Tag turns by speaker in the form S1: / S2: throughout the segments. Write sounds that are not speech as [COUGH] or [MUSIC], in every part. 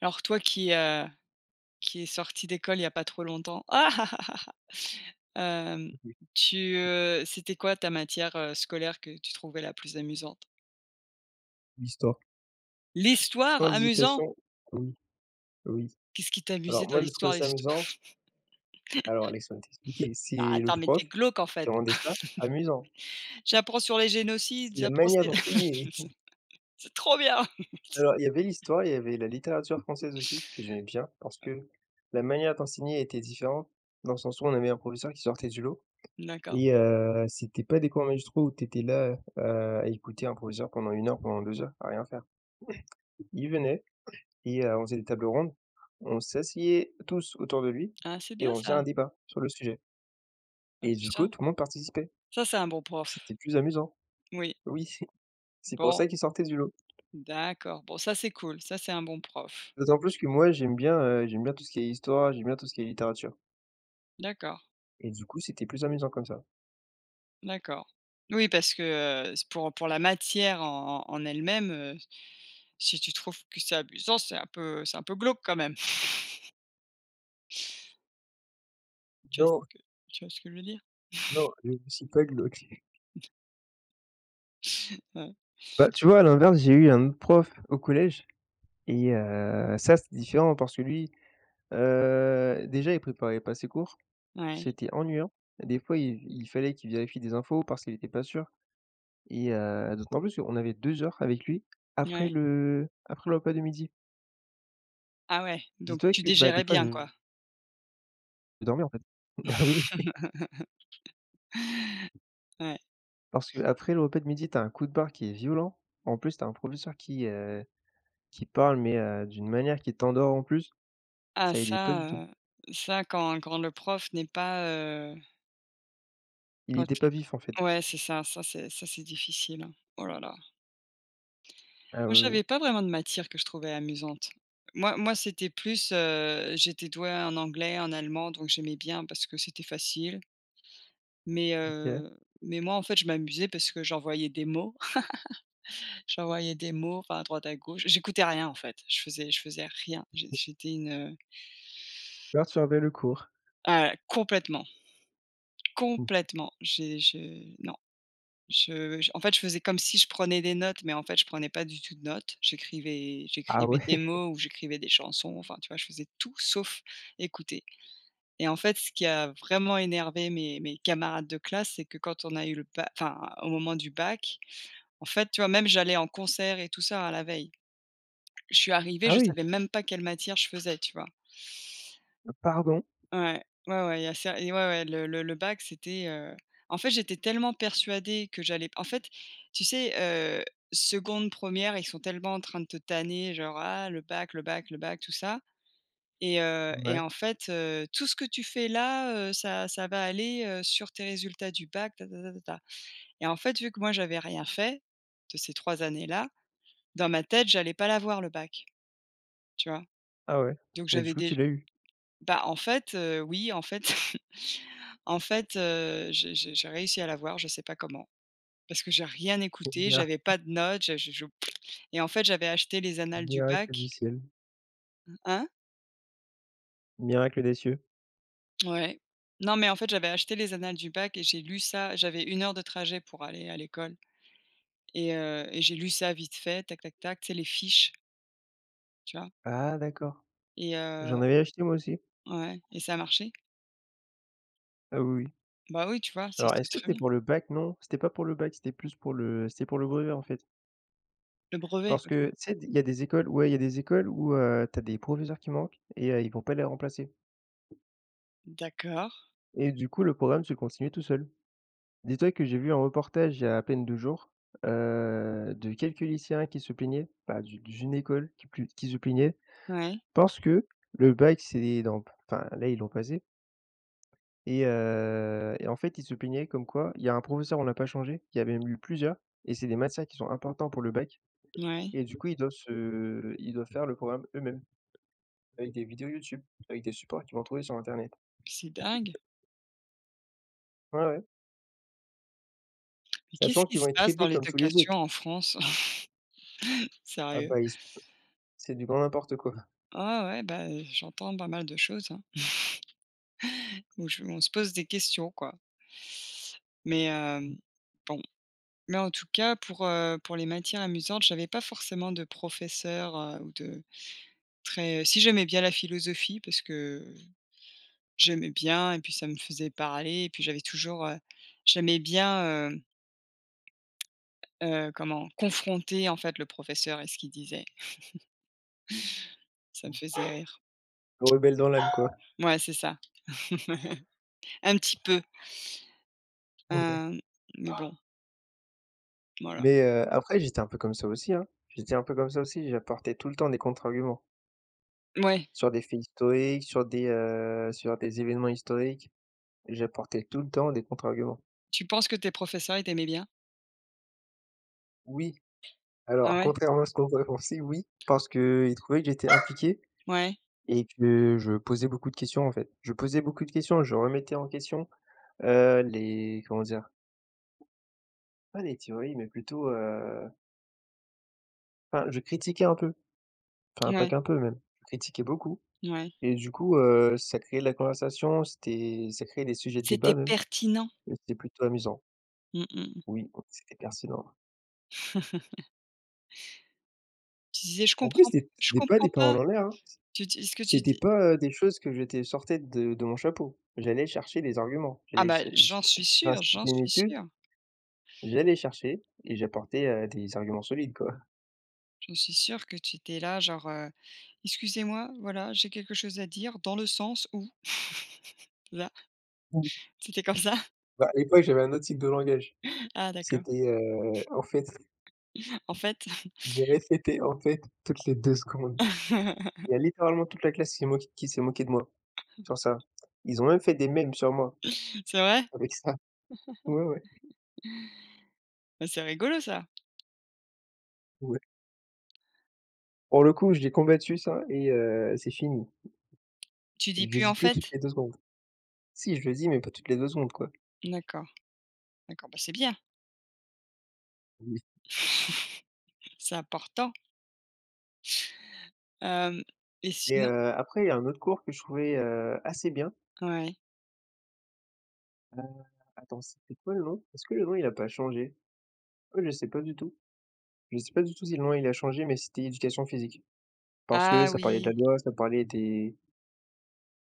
S1: Alors toi qui est sorti d'école il y a pas trop longtemps. [LAUGHS] Ah ah ah ah ah!
S2: Oui,
S1: C'était quoi ta matière, scolaire que tu trouvais la plus amusante?
S2: l'histoire.
S1: L'histoire?
S2: Sans
S1: Amusant?
S2: hésitation, oui, oui.
S1: Qu'est-ce qui t'amusait
S2: Alors
S1: dans
S2: moi, je trouvais
S1: l'histoire?
S2: ça
S1: L'hist
S2: amusant. Alors, laisse-moi t'expliquer.
S1: [LAUGHS] ah
S2: C'est le
S1: attends, mais
S2: prof
S1: tu glauque en
S2: qui
S1: fait.
S2: rendait ça amusant.
S1: J'apprends sur les génocides,
S2: C'est la
S1: j'apprends
S2: manière
S1: c'est
S2: d'enseigner. [LAUGHS]
S1: [LAUGHS] c'est trop bien!
S2: Alors, il y avait l'histoire, il y avait la littérature française aussi, que j'aimais bien, parce que la manière d'enseigner était différente, dans le sens où on avait un professeur qui sortait du lot.
S1: D'accord.
S2: Et c'était pas des cours magistraux où t'étais là, à écouter un professeur pendant 1 heure, pendant 2 heures, à rien faire. Il venait et on faisait des tables rondes. On s'asseyait tous autour de lui
S1: Ah c'est
S2: et
S1: bien
S2: on faisait
S1: ça.
S2: un débat sur le sujet
S1: Ah bah
S2: et du
S1: ça
S2: coup, tout le monde participait.
S1: ça c'est un bon
S2: C'était
S1: prof.
S2: plus amusant.
S1: Oui.
S2: Oui, [LAUGHS] c'est pour
S1: Bon,
S2: ça qu'il sortait du lot.
S1: d'accord. Bon ça c'est cool, ça c'est un bon prof.
S2: D'autant plus que moi, j'aime bien tout ce qui est histoire, j'aime bien tout ce qui est littérature
S1: D'accord.
S2: et du coup, c'était plus amusant comme ça.
S1: D'accord. Oui, parce que, c'est pour la matière en elle-même, si tu trouves que c'est abusant, c'est un peu glauque quand même. [LAUGHS] Tu vois ce
S2: Non,
S1: que tu vois ce que je veux dire?
S2: non, je ne suis pas glauque. [LAUGHS]
S1: Heu,
S2: Bah, tu vois, à l'inverse, j'ai eu un autre prof au collège et ça, c'est différent parce que lui, déjà, il préparait pas ses cours,
S1: ouais,
S2: c'était ennuyant. Des fois, il fallait qu'il vérifie des infos parce qu'il était pas sûr. Et d'autant plus qu'on avait 2 heures avec lui
S1: ouais.
S2: après le repas de midi.
S1: Ah ouais, donc
S2: Dis-toi
S1: tu
S2: que, bah, des
S1: dégérais
S2: fois je
S1: bien, quoi?
S2: dormais en fait. [LAUGHS] Ah oui,
S1: [LAUGHS]
S2: oui,
S1: Ouais.
S2: parce qu'après le repas de midi, t'as un coup de barre qui est violent. En plus, t'as un professeur qui parle mais d'une manière qui t'endort en plus,
S1: Ah
S2: ça aidait pas
S1: ça,
S2: du tout.
S1: heu, ça quand le prof n'est pas,
S2: Il
S1: quand
S2: était pas vif en fait.
S1: ouais, c'est ça, ça c'est difficile, hein. Oh là là.
S2: Ah
S1: Moi,
S2: oui,
S1: j'avais
S2: oui,
S1: pas vraiment de matière que je trouvais amusante. Moi, c'était plus, j'étais douée en anglais, en allemand, donc j'aimais bien parce que c'était facile. Mais,
S2: OK,
S1: heu, mais moi, en fait, je m'amusais parce que j'envoyais des mots. [LAUGHS] J'envoyais des mots, enfin, à droite, à gauche. J'écoutais rien, en fait. Je faisais rien. J'étais une,
S2: perturbait le cours.
S1: ah, complètement,
S2: Mmh.
S1: complètement. J'ai je non. Je j en fait, je faisais comme si je prenais des notes, mais en fait, je prenais pas du tout de notes. J'écrivais
S2: Ah
S1: j'écrivais des
S2: ouais? [LAUGHS]
S1: mots ou j'écrivais des chansons, enfin, tu vois? Je faisais tout sauf écouter et en fait, ce qui a vraiment énervé mes camarades de classe, c'est que quand on a eu le bac, enfin, au moment du bac, en fait, tu vois? Même j'allais en concert et tout ça, à la veille. Je suis arrivée,
S2: Ah
S1: je
S2: oui?
S1: savais même pas quelle matière je faisais, tu vois?
S2: Pardon?
S1: Ouais, ouais, ouais, il y a ça et ouais, ouais, le bac, c'était, en fait, j'étais tellement persuadée que j'allais en fait, tu sais, heu, seconde, 1re, ils sont tellement en train de te tanner, genre: «Ah, le bac, le bac, le bac», tout ça et
S2: Ouais.
S1: en fait, tout ce que tu fais là, ça va aller, sur tes résultats du bac, ta ta ta ta ta et en fait, vu que moi, j'avais rien fait de ces 3 années-là, dans ma tête, j'allais pas l'avoir le bac, tu vois?
S2: Ah ouais.
S1: Donc
S2: Mais du
S1: j'avais
S2: coup, tu
S1: dé
S2: l'as eu?
S1: Bah, en fait, oui, en fait [LAUGHS] en fait, j'ai réussi à l'avoir, je sais pas comment, parce que j'ai rien écouté,
S2: Mira
S1: j'avais pas de notes, je et en fait, j'avais acheté les annales du
S2: miracle
S1: bac
S2: du ciel.
S1: hein?
S2: Miracle des cieux.
S1: Ouais. Non, mais en fait, j'avais acheté les annales du bac et j'ai lu ça, j'avais une heure de trajet pour aller à l'école et j'ai lu ça vite fait, tac, tac, tac, tu sais, les fiches, tu vois?
S2: Ah d'accord.
S1: Et
S2: J'en
S1: heu
S2: avais acheté moi aussi.
S1: ouais et ça a marché.
S2: Ah oui, oui.
S1: Bah, oui, tu vois? C'est
S2: Alors,
S1: c'est
S2: est-ce que
S1: très
S2: c'était
S1: bien.
S2: pour le bac? Non, c'était pas pour le bac, c'était plus pour le c'était pour le brevet, en fait.
S1: Le brevet,
S2: Parce que,
S1: OK.
S2: tu sais, il y a des écoles ouais, il y a des écoles où, tu des professeurs qui manquent et ils vont pas les remplacer
S1: D'accord.
S2: et du coup, le programme se continue tout seul. Dis-toi que j'ai vu un reportage il y a à peine 2 jours, de quelques lycéens qui se plaignaient, bah, d'une école qui se plaignait
S1: Ouais,
S2: parce que le bac, c'est dans enfin, là, ils l'ont passé et en fait, ils se plaignaient comme quoi il y a un professeur, on l'a pas changé, il y avait même eu plusieurs et c'est des matières qui sont importants pour le bac.
S1: ouais.
S2: Et du coup, ils doivent faire le programme eux-mêmes, avec des vidéos YouTube, avec des supports qu'ils vont trouver sur internet.
S1: C'est dingue.
S2: Ouais, ouais,
S1: Mais qu'est-ce
S2: sachant
S1: qui
S2: qu'ils vont
S1: se
S2: être
S1: passe dans
S2: traités comme tous les
S1: l'éducation
S2: autres.
S1: en France? [LAUGHS]
S2: Ah
S1: Sérieux.
S2: bah, ils se c'est du grand n'importe quoi.
S1: Ah ouais, bah, j'entends pas mal de choses, hein, où je on se pose des questions, quoi. Mais bon, mais en tout cas pour les matières amusantes, j'avais pas forcément de professeur, ou de très si j'aimais bien la philosophie parce que j'aimais bien et puis ça me faisait parler et puis j'avais toujours, j'aimais bien, comment? Confronter en fait le professeur et ce qu'il disait. Ça me faisait rire.
S2: Le rebelle dans l'âme, quoi.
S1: Ouais, c'est ça. [LAUGHS] Un petit peu.
S2: Ouais.
S1: Hem, mais bon, voilà.
S2: Mais après j'étais un peu comme ça aussi, hein. J'étais un peu comme ça aussi, j'apportais tout le temps des contre-arguments
S1: Ouais,
S2: sur des faits historiques, sur des événements historiques. J'apportais tout le temps des contre-arguments.
S1: tu penses que tes professeurs, ils t'aimaient bien?
S2: Oui,
S1: Ah
S2: alors
S1: ouais?
S2: contrairement à ce qu'on pourrait penser, oui, parce qu'ils trouvaient que j'étais impliqué.
S1: Ouais,
S2: Et que je posais beaucoup de questions, en fait. Je posais beaucoup de questions, je remettais en question, les comment dire? Pas les théories, mais plutôt, enfin, je critiquais un peu, enfin, pas
S1: ouais,
S2: qu'un peu même, je critiquais beaucoup
S1: ouais.
S2: et du coup, ça créait de la conversation, c'était ça créait des sujets de
S1: C'était
S2: débat même
S1: pertinent?
S2: et c'était plutôt amusant.
S1: Mmh mh.
S2: Oui, c'était pertinent.
S1: Tu disais:
S2: En plus, c'était
S1: je
S2: c'était pas
S1: comprends
S2: des
S1: pas».
S2: paroles en l'air, hein.
S1: Tu dis ce que tu
S2: C'était
S1: dis
S2: pas, des choses que je te sortais de mon chapeau. J'allais chercher des arguments.
S1: ah
S2: J'allais
S1: bah,
S2: ch ch
S1: j'en suis
S2: enfin,
S1: sûre, j'en
S2: c'était une
S1: suis
S2: étude.
S1: sûre.
S2: J'allais chercher et j'apportais, des arguments solides, quoi.
S1: J'en suis sûre que tu étais là genre, «Excusez-moi, voilà, j'ai quelque chose à dire dans le sens où», là.
S2: Mmh.
S1: C'était comme ça? [LAUGHS]
S2: Bah, à l'époque, j'avais un autre type de langage.
S1: Ah d'accord.
S2: C'était, en fait,
S1: En fait
S2: [LAUGHS] je répétais «en fait» toutes les 2 secondes.
S1: [LAUGHS]
S2: Il y a littéralement toute la classe qui s'est moquée de moi, sur ça. Ils ont même fait des mèmes sur moi,
S1: c'est vrai?
S2: avec ça. [LAUGHS] Ouais, ouais,
S1: Bah, c'est rigolo ça.
S2: ouais. Pour le coup, je l'ai combattu ça et c'est fini.
S1: Tu dis
S2: Je le
S1: plus
S2: dis
S1: «en
S2: plus toutes
S1: fait»?
S2: les 2 secondes. Si, je le dis, mais pas toutes les 2 secondes, quoi.
S1: D'accord, d'accord, bah, c'est bien.
S2: Oui.
S1: [LAUGHS] C'est important. Hem et
S2: Et
S1: sinon
S2: après, il y a un autre cours que je trouvais, assez bien.
S1: ouais.
S2: Heu, attends, c'était quoi le nom? Est-ce que le nom, il a pas changé? Ouais, je sais pas du tout. Je sais pas du tout si le nom il a changé, mais c'était éducation physique. Parce que
S1: Ah
S2: ça parlait de la
S1: oui,
S2: loi,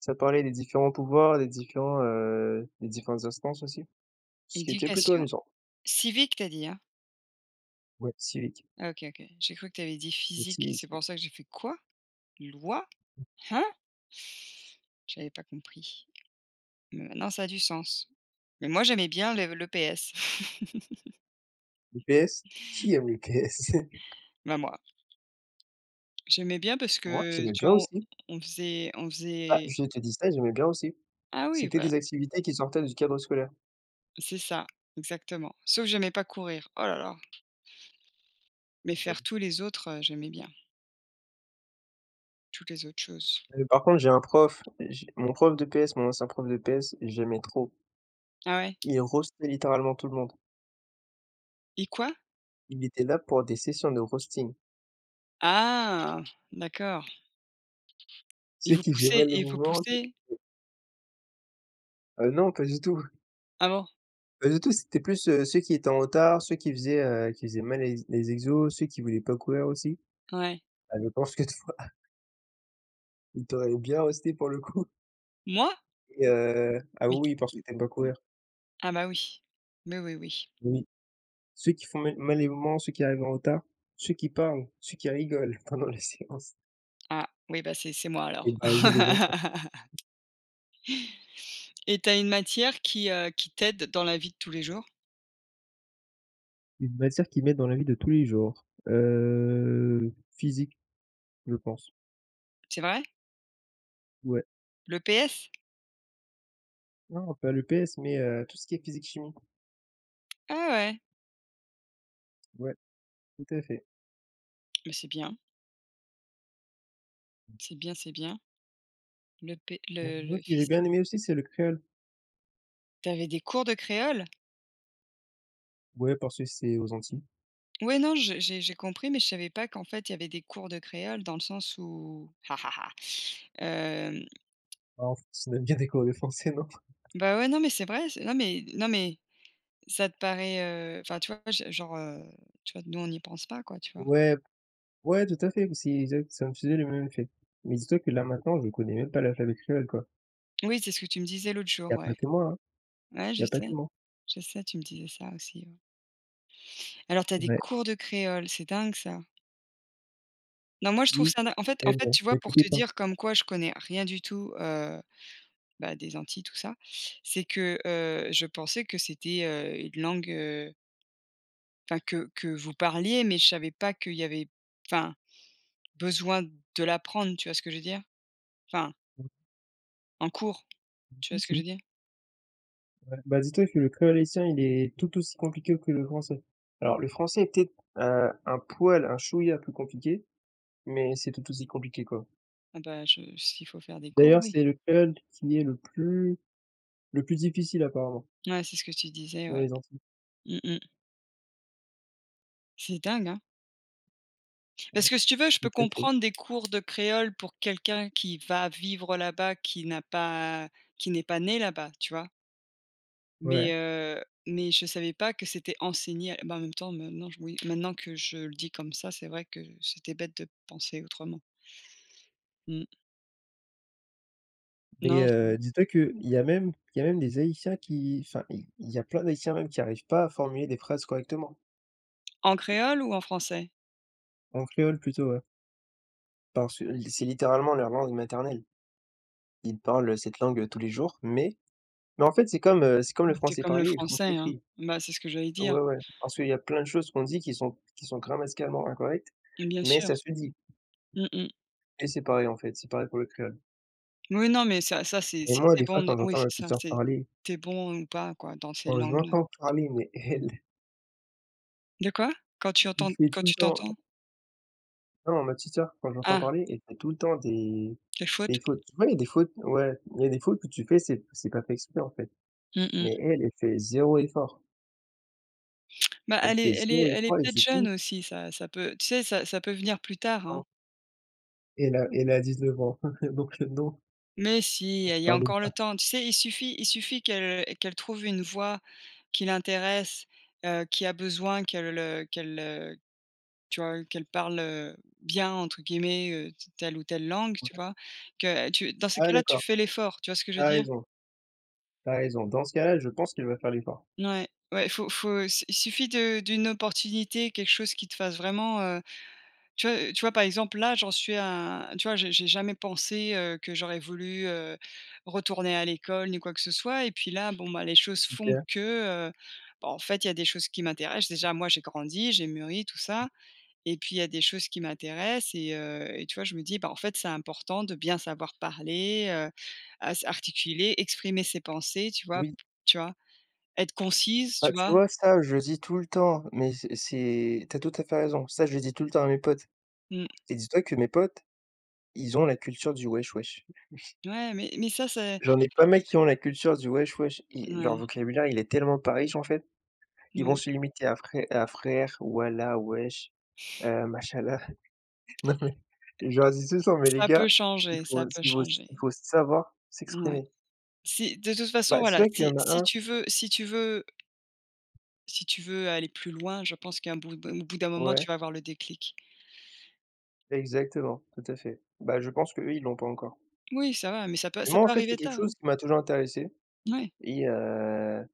S2: ça parlait des différents pouvoirs, des différentes instances aussi. Ce qui était plutôt
S1: éducation
S2: amusant.
S1: civique, tu as dit, hein?
S2: Ouais, civique,
S1: Ah OK, OK. J'ai cru que tu avais dit
S2: le
S1: physique, c'est
S2: civisme,
S1: pour ça que j'ai fait: «Quoi? Loi? Hein?» J'avais pas compris, mais maintenant ça a du sens. Mais moi j'aimais bien le l'EPS. [LAUGHS]
S2: le PS, qui aime le PS? [LAUGHS]
S1: Bah, moi, j'aimais bien parce
S2: Moi,
S1: que,
S2: j'aimais
S1: tu
S2: bien
S1: vois, on
S2: aussi.
S1: on faisait on
S2: Bah,
S1: faisait
S2: je te dis ça, j'aimais bien aussi.
S1: ah oui,
S2: C'était
S1: voilà,
S2: des activités qui sortaient du cadre scolaire.
S1: c'est ça, exactement. Sauf j'aimais pas courir, oh là là, mais faire tous les autres, j'aimais bien, toutes les autres choses.
S2: Par contre, j'ai mon prof de PS, mon ancien prof de PS, j'aimais trop.
S1: Ah ouais?
S2: Il roastait littéralement tout le monde.
S1: Et quoi?
S2: Il était là pour des sessions de roasting.
S1: Ah! D'accord et
S2: Ceux
S1: vous
S2: qui faisaient
S1: poussez
S2: mal les
S1: et vous
S2: mouvements?
S1: poussez?
S2: Non, pas du tout,
S1: Ah bon?
S2: pas du tout, c'était plus, ceux qui étaient en retard, ceux qui faisaient mal les exos, ceux qui voulaient pas courir aussi.
S1: Ouais.
S2: Ah, je pense que toi, [LAUGHS] il t'aurait bien resté pour le coup
S1: Moi?
S2: et ah
S1: Mais
S2: oui, parce que tu aimes pas courir.
S1: ah bah oui. Mais oui, oui.
S2: Oui, ceux qui font mal les mouvements, ceux qui arrivent en retard, ceux qui parlent, ceux qui rigolent [LAUGHS] pendant la séance
S1: Ah oui, bah, c'est moi
S2: et
S1: alors.
S2: bah, ils faisaient des
S1: [LAUGHS]
S2: matières
S1: Et t'as une matière qui t'aide dans la vie de tous les jours?
S2: une matière qu'ils mettent dans la vie de tous les jours, physique, je pense.
S1: C'est vrai?
S2: Ouais,
S1: Le L'EPS?
S2: non, pas l'EPS, mais tout ce qui est physique chimie.
S1: Ah ouais.
S2: Ouais, tout à fait.
S1: Mais c'est bien, c'est bien, c'est bien. Le P
S2: Il y a un
S1: le
S2: autre que j'ai
S1: physique
S2: bien aimé aussi, c'est le créole.
S1: tu des cours de créole?
S2: Ouais, parce que c'est aux Antilles.
S1: Ouais, non, je j'ai compris, mais je savais pas qu'en fait, il y avait des cours de créole dans le sens où, [LAUGHS] ha, ha, ha. Euh,
S2: Ah, en France, on aime bien [LAUGHS] décorer les français, non?
S1: Bah, ouais, non, mais c'est vrai, c'est non, mais non, mais ça te paraît, enfin, tu vois, je genre, tu vois, nous, on n'y pense pas, quoi, tu vois?
S2: Ouais, ouais, tout à fait, c'est exact, ça me faisait le même effet. Mais dis-toi que là, maintenant, je connais même pas l'alphabet créole, quoi.
S1: Oui, c'est ce que tu me disais l'autre
S2: Il y
S1: jour,
S2: a pas
S1: ouais.
S2: que moi, hein,
S1: Ouais,
S2: il y a pas que moi.
S1: je sais, tu me disais ça aussi, ouais. Alors, tu as des
S2: Ouais,
S1: cours de créole, c'est dingue ça. Non, moi, je trouve
S2: oui,
S1: ça din en fait en
S2: mais
S1: fait,
S2: bon,
S1: tu vois, pour
S2: n'écoutez
S1: te
S2: pas.
S1: dire comme quoi je connais rien du tout, bah, des Antilles, tout ça, c'est que, je pensais que c'était, une langue, enfin, que vous parliez, mais je savais pas qu'il y avait, enfin, besoin de l'apprendre, tu vois ce que je veux dire? Enfin en cours, tu vois ce que je
S2: Si.
S1: veux dire?
S2: Ouais. Bah, dis-toi que le créole haïtien, il est tout aussi compliqué que le français. Alors, le français est peut-être, un poil, un chouïa plus compliqué, mais c'est tout aussi compliqué, quoi.
S1: Ah bah, je s'il faut faire des cours,
S2: D'ailleurs,
S1: oui.
S2: c'est le créole qui est le plus difficile apparemment.
S1: Ouais, c'est ce que tu disais,
S2: Dans
S1: ouais.
S2: les Antilles,
S1: Mmh mh. C'est dingue, hein? Parce
S2: ouais,
S1: que si tu veux, je
S2: tout
S1: peux
S2: à fait,
S1: comprendre des cours de créole pour quelqu'un qui va vivre là-bas, qui n'a pas qui n'est pas né là-bas, tu vois? Mais
S2: ouais.
S1: heu, mais je savais pas que c'était enseigné à- bah, en même temps, maintenant, oui, maintenant que je le dis comme ça, c'est vrai que c'était bête de penser autrement. Mmh.
S2: Mais
S1: Non, c'est vrai.
S2: dis-toi qu'il y a même des Haïtiens qui enfin, il y a plein d'Haïtiens même qui arrivent pas à formuler des phrases correctement,
S1: En créole ou en français?
S2: en créole plutôt, ouais. Parce que l c'est littéralement leur langue maternelle. Ils parlent cette langue, tous les jours, mais en fait, c'est comme le
S1: Bah, c'est
S2: français
S1: comme le
S2: parlé et le français
S1: français, hein?
S2: écrit.
S1: Bah, c'est ce que j'allais dire.
S2: Ouais, ouais, parce qu'il y a plein de choses qu'on dit qui sont grammaticalement incorrectes,
S1: Bien
S2: mais
S1: sûr.
S2: ça se dit
S1: Mmh mh.
S2: et c'est pareil, en fait, c'est pareil pour le créole.
S1: Oui, non, mais ça, c'est
S2: Et
S1: si
S2: moi,
S1: tu
S2: des
S1: bon
S2: fois,
S1: dans
S2: quand
S1: oui,
S2: j'entends
S1: c'est
S2: ma petite
S1: ça,
S2: sœur
S1: c'est
S2: parler,
S1: t'es bon ou pas, quoi, dans ces
S2: quand je
S1: langues-là.
S2: l'entends parler, mais elle,
S1: De quoi? Quand tu
S2: [LAUGHS] il
S1: entends
S2: fait
S1: quand
S2: tout le
S1: tu
S2: temps.
S1: t'entends?
S2: Non, non, ma petite sœur, quand j'entends
S1: Ah,
S2: parler, elle fait tout le temps
S1: les fautes?
S2: des fautes. Tu vois, il y a des fautes ouais, il y a des fautes que tu fais, c'est pas fait exprès, en fait.
S1: Mmh mh.
S2: Mais elle, elle fait zéro effort.
S1: Bah,
S2: Elle fait zéro
S1: elle est
S2: effort et
S1: peut-être
S2: du
S1: jeune
S2: coup,
S1: aussi, ça peut tu sais, ça peut venir plus tard, hein.
S2: non. Elle a 19 ans, [LAUGHS] donc non,
S1: Mais si,
S2: ça se
S1: il y a
S2: pardonne
S1: encore le
S2: pas.
S1: temps. Tu sais, il suffit qu'elle trouve une voix qui l'intéresse, qui a besoin qu'elle, qu'elle, tu vois, qu'elle parle, «bien» entre guillemets, telle ou telle langue,
S2: Ouais.
S1: tu vois? Que tu dans ces
S2: Ah
S1: cas-là, tu
S2: d'accord,
S1: fais l'effort, tu vois ce que je
S2: tu
S1: veux dire?
S2: raison, tu raison. Dans ce cas-là, je pense qu'elle va faire l'effort.
S1: Ouais, ouais, faut faut s il suffit de d'une opportunité, quelque chose qui te fasse vraiment, tu vois, par exemple, là, j'en suis à tu vois, j'ai jamais pensé, que j'aurais voulu, retourner à l'école ni quoi que ce soit et puis là, bon, bah, les choses font
S2: OK.
S1: que, bah, en fait, il y a des choses qui m'intéressent. Déjà, moi, j'ai grandi, j'ai mûri, tout ça et puis il y a des choses qui m'intéressent et tu vois, je me dis: «Bah, en fait, c'est important de bien savoir parler, à s articuler, exprimer ses pensées», tu vois?
S2: Oui.
S1: Tu vois? Être concise, tu
S2: Bah, tu
S1: vois?
S2: vois, ça, je le dis tout le temps, mais c'est tu tout à fait raison. Ça, je le dis tout le temps à mes potes
S1: Mmh.
S2: et dis-toi que mes potes, ils ont la culture du wesh wesh.
S1: Ouais, mais ça, c'est
S2: J'en ai pas mal qui ont la culture du wesh wesh, i leur
S1: ouais,
S2: vocabulaire, il est tellement pas riche en fait. Ils vont
S1: ouais.
S2: se limiter à frère, wallah, wesh, machallah. [LAUGHS] Non mais je leur dis tout ça, «Mais les
S1: Ça peut
S2: gars, il
S1: changer,
S2: faut
S1: ça peut
S2: il faut il
S1: changer.
S2: faut savoir
S1: Ouais.
S2: s'exprimer».
S1: Si de toute façon,
S2: Bah, c'est
S1: voilà,
S2: vrai qu'il y
S1: si
S2: en a
S1: si
S2: un
S1: tu veux si tu veux si tu veux aller plus loin, je pense qu'à un bout au bout d'un moment, tu
S2: ouais,
S1: vas avoir le déclic.
S2: exactement, tout à fait. Bah, je pense qu'eux, ils l'ont pas encore.
S1: Oui, ça va, mais
S2: Mais
S1: ça
S2: moi, en
S1: peut
S2: fait, c'est
S1: arriver
S2: quelque
S1: tard,
S2: chose
S1: hein.
S2: qui m'a toujours intéressé
S1: Ouais,
S2: et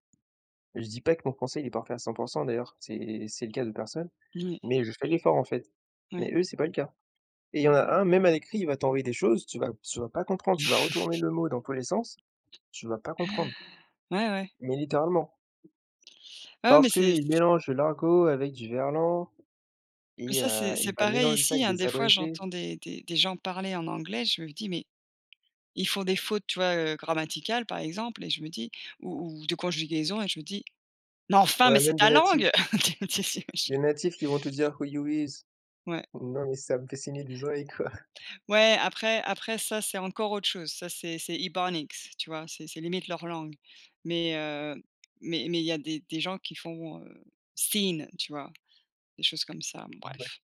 S2: je dis pas que mon français, il est parfait à 100% d'ailleurs, c'est le cas de personne,
S1: ouais,
S2: mais je fais l'effort en fait.
S1: ouais.
S2: Mais eux, c'est pas le cas. Et il y en a un, même à l'écrit, il va t'envoyer des choses, tu vas pas comprendre, tu vas
S1: [LAUGHS]
S2: retourner le mot dans tous les sens, tu vas pas comprendre,
S1: Ouais, ouais.
S2: mais littéralement.
S1: Ah ouais, mais
S2: Parce que
S1: c'est
S2: il mélange l'argot avec du verlan
S1: mais
S2: et
S1: ça, c'est
S2: il va
S1: pareil
S2: mélanger ça
S1: ici,
S2: avec
S1: hein.
S2: des
S1: Des fois,
S2: abrégés.
S1: j'entends des gens parler en anglais, je me dis: «Mais ils font des fautes», tu vois, grammaticales, par exemple et je me dis ou de conjugaison et je me dis: Mais enfin, mais
S2: Ouais,
S1: c'est
S2: même
S1: ta langue! [LAUGHS] Tu sais, je
S2: des natifs qui vont te dire: «Who you is?»
S1: ouais.
S2: Non mais ça me fait saigner des oreilles, quoi.
S1: Ouais, après après ça, c'est encore autre chose. Ça, c'est hibernics, tu vois? C'est limite leur langue. Mais heu, mais mais il y a des gens qui font, scene, tu vois? Des choses comme ça, bon
S2: [LAUGHS]
S1: bref.
S2: Ouais.